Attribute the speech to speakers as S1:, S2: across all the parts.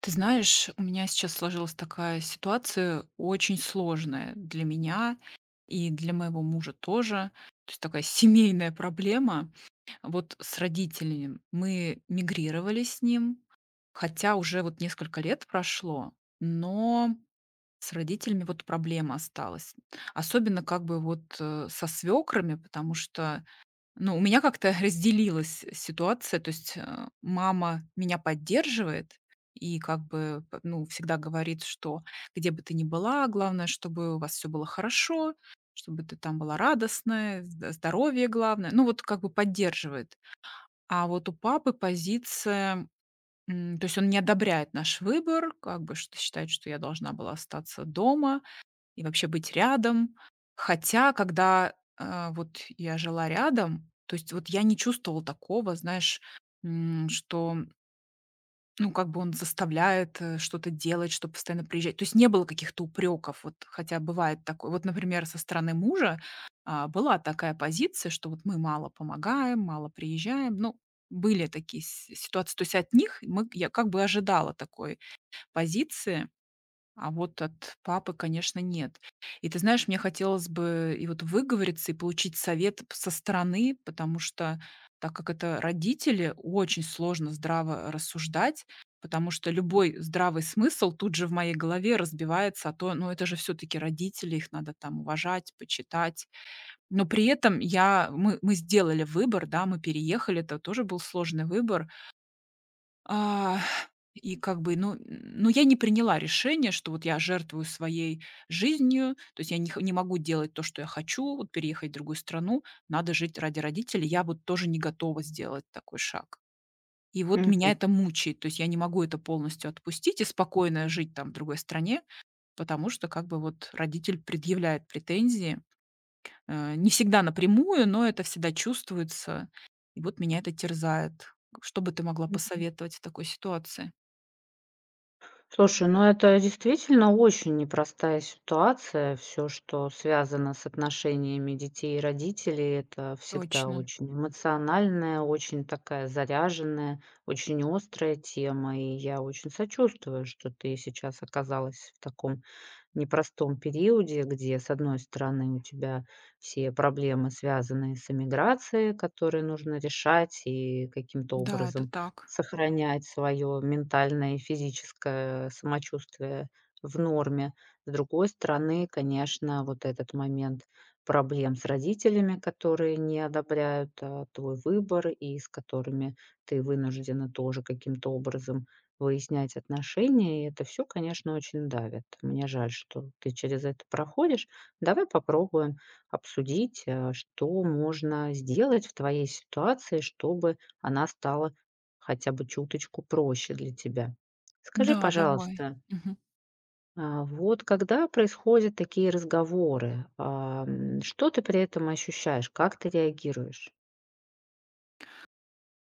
S1: Ты знаешь, у меня сейчас сложилась такая ситуация, очень сложная для меня и для моего мужа тоже. То есть такая семейная проблема. Вот с родителями мы мигрировали с ним, хотя уже вот несколько лет прошло, но с родителями вот проблема осталась. Особенно как бы вот со свекрами, потому что ну, у меня как-то разделилась ситуация. То есть, мама меня поддерживает и как бы, п ну, всегда говорит, что где бы ты ни была, главное, чтобы у вас все было хорошо, чтобы ты там была радостная, зд здоровье главное. Ну, вот как бы поддерживает. А вот у папы позиция, то есть он не одобряет наш выбор, как бы, что считает, что я должна была остаться дома и вообще быть рядом. Хотя, когда, вот я жила рядом, то есть вот я не чувствовала такого, знаешь, м, что, ну, как бы он заставляет, что-то делать, что постоянно приезжать. То есть не было каких-то упреков, вот, хотя бывает такое. Вот, например, со стороны мужа, была такая позиция, что вот мы мало помогаем, мало приезжаем. Ну, были такие с ситуации. То есть от них мы я как бы ожидала такой позиции. А вот от папы, конечно, нет. И ты знаешь, мне хотелось бы и вот выговориться, и получить совет со стороны, потому что, так как это родители, очень сложно здраво рассуждать, потому что любой здравый смысл тут же в моей голове разбивается, а то, ну это же все-таки родители, их надо там уважать, почитать. Но при этом мы сделали выбор, да, мы переехали, это тоже был сложный выбор. А, и как бы, ну, я не приняла решение, что вот я жертвую своей жизнью, то есть я не могу делать то, что я хочу, вот переехать в другую страну, надо жить ради родителей. Я вот тоже не готова сделать такой шаг. И вот меня
S2: Мгм.
S1: это мучает, то есть я не могу это полностью отпустить и спокойно жить там в другой стране, потому что как бы вот родитель предъявляет претензии, не всегда напрямую, но это всегда чувствуется. И вот меня это терзает. Что бы ты могла посоветовать в такой ситуации?
S2: Слушай, ну это действительно очень непростая ситуация. Все, что связано с отношениями детей и родителей, это всегда
S1: Точно.
S2: очень эмоциональная, очень такая заряженная, очень острая тема. И я очень сочувствую, что ты сейчас оказалась в таком непростом периоде, где, с одной стороны, у тебя все проблемы, связанные с эмиграцией, которые нужно решать и каким-то
S1: Да, это
S2: образом
S1: так.
S2: сохранять свое ментальное и физическое самочувствие в норме. С другой стороны, конечно, вот этот момент проблем с родителями, которые не одобряют твой выбор, и с которыми ты вынуждена тоже каким-то образом выяснять отношения, и это все, конечно, очень давит. Мне жаль, что ты через это проходишь. Давай попробуем обсудить, что можно сделать в твоей ситуации, чтобы она стала хотя бы чуточку проще для тебя. Скажи,
S1: Да, давай.
S2: пожалуйста,
S1: Мгм.
S2: вот когда происходят такие разговоры, что ты при этом ощущаешь? Как ты реагируешь?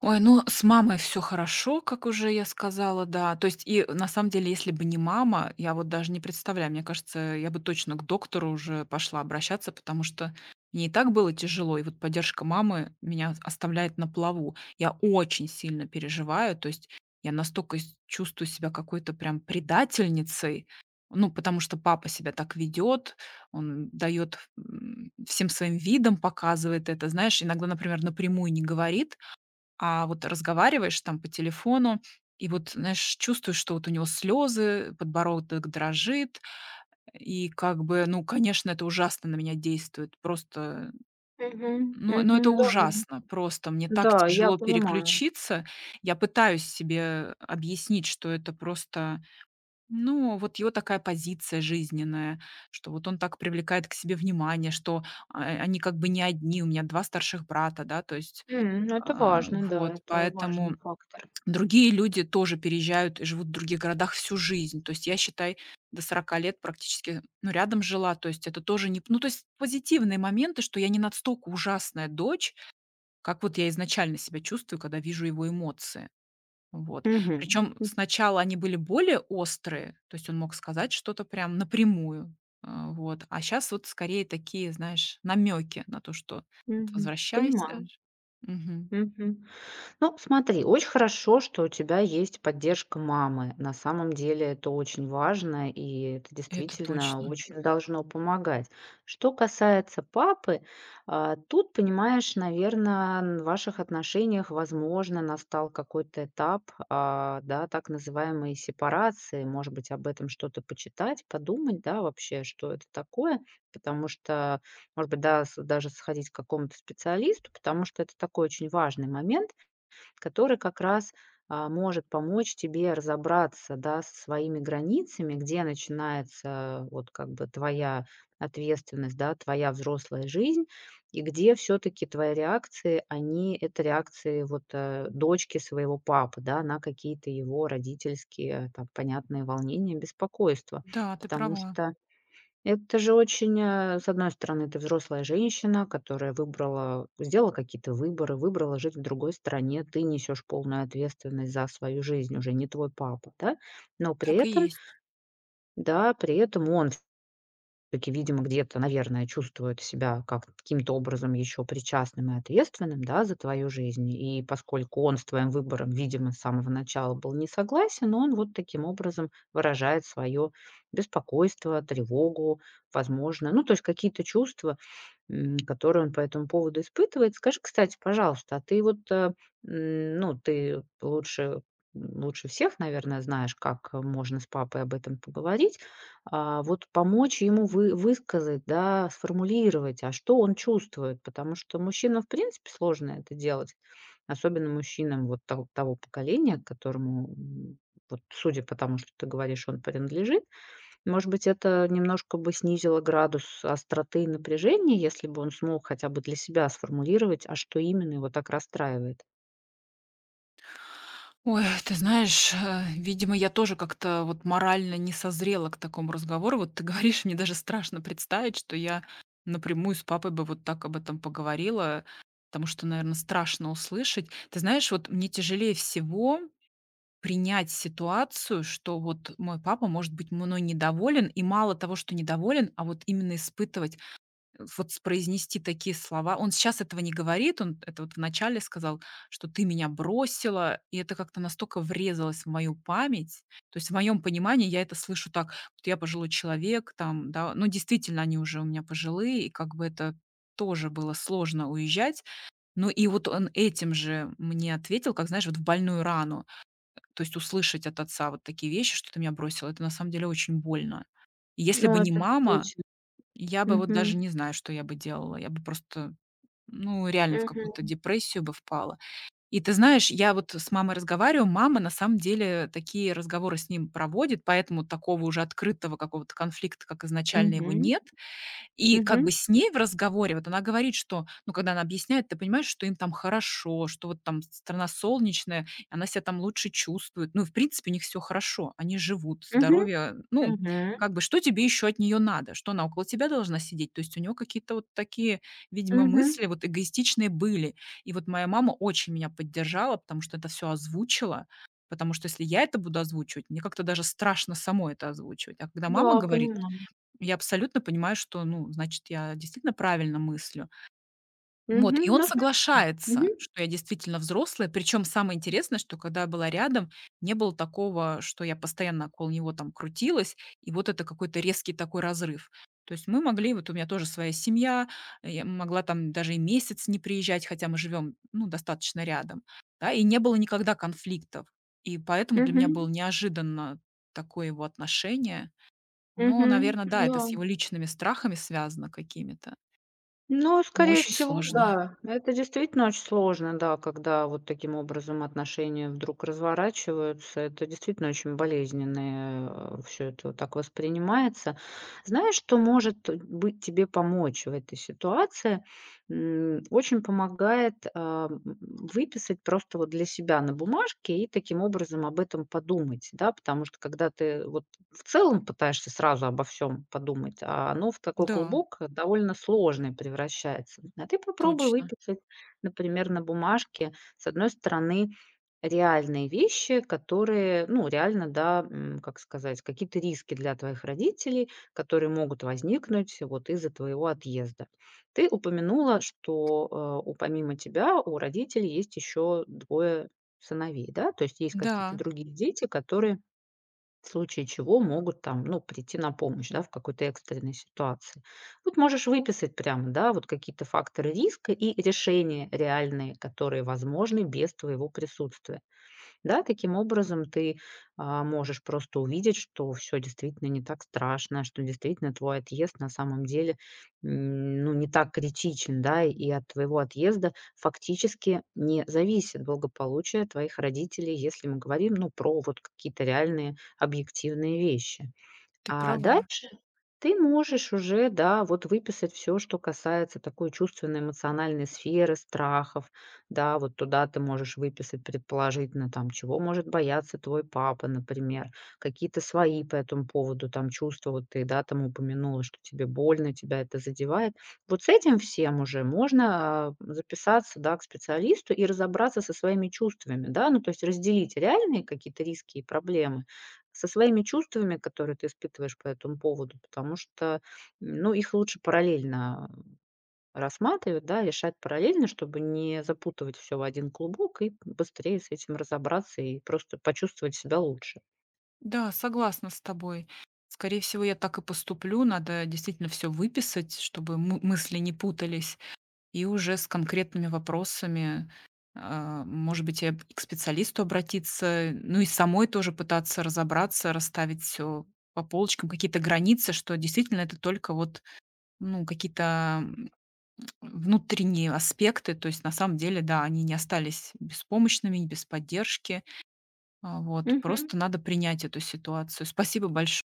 S1: Ой, ну, с мамой все хорошо, как уже я сказала, да. То есть и на самом деле, если бы не мама, я вот даже не представляю, мне кажется, я бы точно к доктору уже пошла обращаться, потому что мне и так было тяжело, и вот поддержка мамы меня оставляет на плаву. Я очень сильно переживаю, то есть я настолько с чувствую себя какой-то прям предательницей, ну, потому что папа себя так ведет, он дает, всем своим видом показывает это. Знаешь, иногда, например, напрямую не говорит, а вот разговариваешь там по телефону и вот, знаешь, чувствуешь, что вот у него слезы, подбородок дрожит, и как бы, ну, конечно, это ужасно на меня действует. Просто,
S2: Мгм,
S1: ну
S2: мгм.
S1: это
S2: Да,
S1: ужасно. Просто мне так
S2: да, я
S1: тяжело
S2: понимаю.
S1: переключиться. Я пытаюсь себе объяснить, что это просто, ну, вот его такая позиция жизненная, что вот он так привлекает к себе внимание, что они как бы не одни, у меня два старших брата, да, то есть
S2: Ну, это важно,
S1: вот,
S2: да, это важный
S1: поэтому
S2: фактор.
S1: другие люди тоже переезжают и живут в других городах всю жизнь. То есть я, считай, до 40 лет практически, ну, рядом жила. То есть это тоже не... Ну, то есть позитивные моменты, что я не настолько ужасная дочь, как вот я изначально себя чувствую, когда вижу его эмоции. Вот.
S2: Мгм.
S1: Причем сначала они были более острые, то есть он мог сказать что-то прям напрямую. Вот. А сейчас вот скорее такие, знаешь, намеки на то, что вот
S2: Мгм.
S1: возвращайся.
S2: Понимаю.
S1: Мгм.
S2: Мгм. Ну, смотри, очень хорошо, что у тебя есть поддержка мамы. На самом деле это очень важно, и это
S1: Это
S2: действительно
S1: точно.
S2: очень должно помогать. Что касается папы, тут, понимаешь, наверное, в ваших отношениях, возможно, настал какой-то этап, да, так называемой сепарации. Может быть, об этом что-то почитать, подумать, да, вообще, что это такое, потому что может быть, да, с даже сходить к какому-то специалисту, потому что это такой очень важный момент, который как раз, может помочь тебе разобраться, да, со своими границами, где начинается вот как бы твоя ответственность, да, твоя взрослая жизнь, и где все таки твои реакции, они это реакции вот, дочки своего папы, да, на какие-то его родительские, там, понятные волнения, беспокойства.
S1: Да, ты
S2: Потому
S1: права.
S2: что это же очень, с одной стороны, ты взрослая женщина, которая выбрала, сделала какие-то выборы, выбрала жить в другой стране. Ты несешь полную ответственность за свою жизнь, уже не твой папа, да. Но при
S1: Так и
S2: этом,
S1: есть.
S2: да, при этом он таки, видимо, где-то, наверное, чувствует себя как каким-то образом еще причастным и ответственным, да, за твою жизнь. И поскольку он с твоим выбором, видимо, с самого начала был не согласен, он вот таким образом выражает свое беспокойство, тревогу, возможно, ну, то есть какие-то чувства, которые он по этому поводу испытывает. Скажи, кстати, пожалуйста, а ты вот, ну, ты лучше всех, наверное, знаешь, как можно с папой об этом поговорить. Вот помочь ему высказать, да, сформулировать, а что он чувствует, потому что мужчинам, в принципе, сложно это делать, особенно мужчинам вот того поколения, к которому, вот судя по тому, что ты говоришь, он принадлежит, может быть, это немножко бы снизило градус остроты и напряжения, если бы он смог хотя бы для себя сформулировать, а что именно его так расстраивает.
S1: Ой, ты знаешь, видимо, я тоже как-то вот морально не созрела к такому разговору. Вот ты говоришь, мне даже страшно представить, что я напрямую с папой бы вот так об этом поговорила, потому что, наверное, страшно услышать. Ты знаешь, вот мне тяжелее всего принять ситуацию, что вот мой папа может быть мной недоволен, и мало того, что недоволен, а вот именно испытывать вот с произнести такие слова. Он сейчас этого не говорит, он это вот вначале сказал, что "ты меня бросила", и это как-то настолько врезалось в мою память. То есть в моем понимании я это слышу так: вот я пожилой человек, там, да. Ну, действительно, они уже у меня пожилые, и как бы это тоже было сложно уезжать. Ну и вот он этим же мне ответил, как, знаешь, вот в больную рану. То есть услышать от отца вот такие вещи, что "ты меня бросила" - это на самом деле очень больно. И если
S2: Ну,
S1: бы не
S2: это
S1: мама,
S2: действительно.
S1: я бы вот даже
S2: Мгм.
S1: не знаю, что я бы делала. Я бы просто, ну, реально в какую-то
S2: Мгм.
S1: депрессию бы впала. И ты знаешь, я вот с мамой разговариваю, мама на самом деле такие разговоры с ним проводит, поэтому такого уже открытого какого-то конфликта, как изначально, его
S2: Мгм.
S1: нет. И как бы
S2: Мгм.
S1: с ней в разговоре вот она говорит, что, ну, когда она объясняет, ты понимаешь, что им там хорошо, что вот там страна солнечная, она себя там лучше чувствует. Ну, в принципе, у них все хорошо, они живут,
S2: Мгм.
S1: здоровье, ну,
S2: Мгм.
S1: как бы что тебе еще от нее надо? Что она около тебя должна сидеть? То есть у нее какие-то вот такие, видимо,
S2: Мгм.
S1: мысли вот эгоистичные были. И вот моя мама очень меня поддержала, потому что это все озвучила, потому что если я это буду озвучивать, мне как-то даже страшно самой это озвучивать. А когда мама
S2: Да,
S1: говорит,
S2: понимаю.
S1: я абсолютно понимаю, что, ну, значит, я действительно правильно мыслю. Вот,
S2: Мгм.
S1: и он
S2: Ну, см Мгм.
S1: соглашается, что я действительно взрослая. Причем самое интересное, что когда я была рядом, не было такого, что я постоянно около него там крутилась, и вот это какой-то резкий такой разрыв. То есть мы могли, вот у меня тоже своя семья, я могла там даже и месяц не приезжать, хотя мы живем, ну, достаточно рядом, да, и не было никогда конфликтов. И поэтому для меня было
S2: Мгм.
S1: неожиданно такое его отношение. Ну,
S2: Мгм.
S1: наверное, да,
S2: Да.
S1: это с его личными страхами связано какими-то.
S2: Ну,
S1: Ну,
S2: скорее
S1: очень
S2: всего,
S1: сложно.
S2: да. Это действительно очень сложно, да, когда вот таким образом отношения вдруг разворачиваются. Это действительно очень болезненно, все это вот так воспринимается. Знаешь, что может быть тебе помочь в этой ситуации? Очень помогает выписать просто вот для себя на бумажке и таким образом об этом подумать, да, потому что когда ты вот в целом пытаешься сразу обо всем подумать, а оно в такой
S1: Да,
S2: клубок довольно сложный превращается. А ты попробуй
S1: точно.
S2: выписать, например, на бумажке, с одной стороны, реальные вещи, которые, ну, реально, да, как сказать, какие-то риски для твоих родителей, которые могут возникнуть вот из-за твоего отъезда. Ты упомянула, что, э, у помимо тебя у родителей есть еще двое сыновей, да? То есть есть какие-то
S1: Да,
S2: другие дети, которые в случае чего могут там, ну, прийти на помощь, да, в какой-то экстренной ситуации. Вот можешь выписать прямо, да, вот какие-то факторы риска и решения реальные, которые возможны без твоего присутствия. Да, таким образом ты, можешь просто увидеть, что все действительно не так страшно, что действительно твой отъезд на самом деле, ну, не так критичен, да, и от твоего отъезда фактически не зависит благополучие твоих родителей, если мы говорим, ну, про вот какие-то реальные объективные вещи.
S1: ты
S2: А
S1: права.
S2: дальше ты можешь уже, да, вот выписать все, что касается такой чувственно-эмоциональной сферы, страхов. Да, вот туда ты можешь выписать предположительно, там, чего может бояться твой папа, например, какие-то свои по этому поводу там чувства. Вот ты, да, там упомянула, что тебе больно, тебя это задевает. Вот с этим всем уже можно, записаться, да, к специалисту и разобраться со своими чувствами, да, ну, то есть разделить реальные какие-то риски и проблемы со своими чувствами, которые ты испытываешь по этому поводу, потому что, ну, их лучше параллельно рассматривать, да, решать параллельно, чтобы не запутывать все в один клубок и быстрее с этим разобраться и просто почувствовать себя лучше.
S1: Да, согласна с тобой. Скорее всего, я так и поступлю. Надо действительно все выписать, чтобы мы мысли не путались, и уже с конкретными вопросами, может быть, я б и к специалисту обратиться, ну и самой тоже пытаться разобраться, расставить все по полочкам, какие-то границы, что действительно это только вот, ну, какие-то внутренние аспекты, то есть на самом деле, да, они не остались беспомощными, без поддержки. Вот, просто надо принять эту ситуацию. Спасибо большое.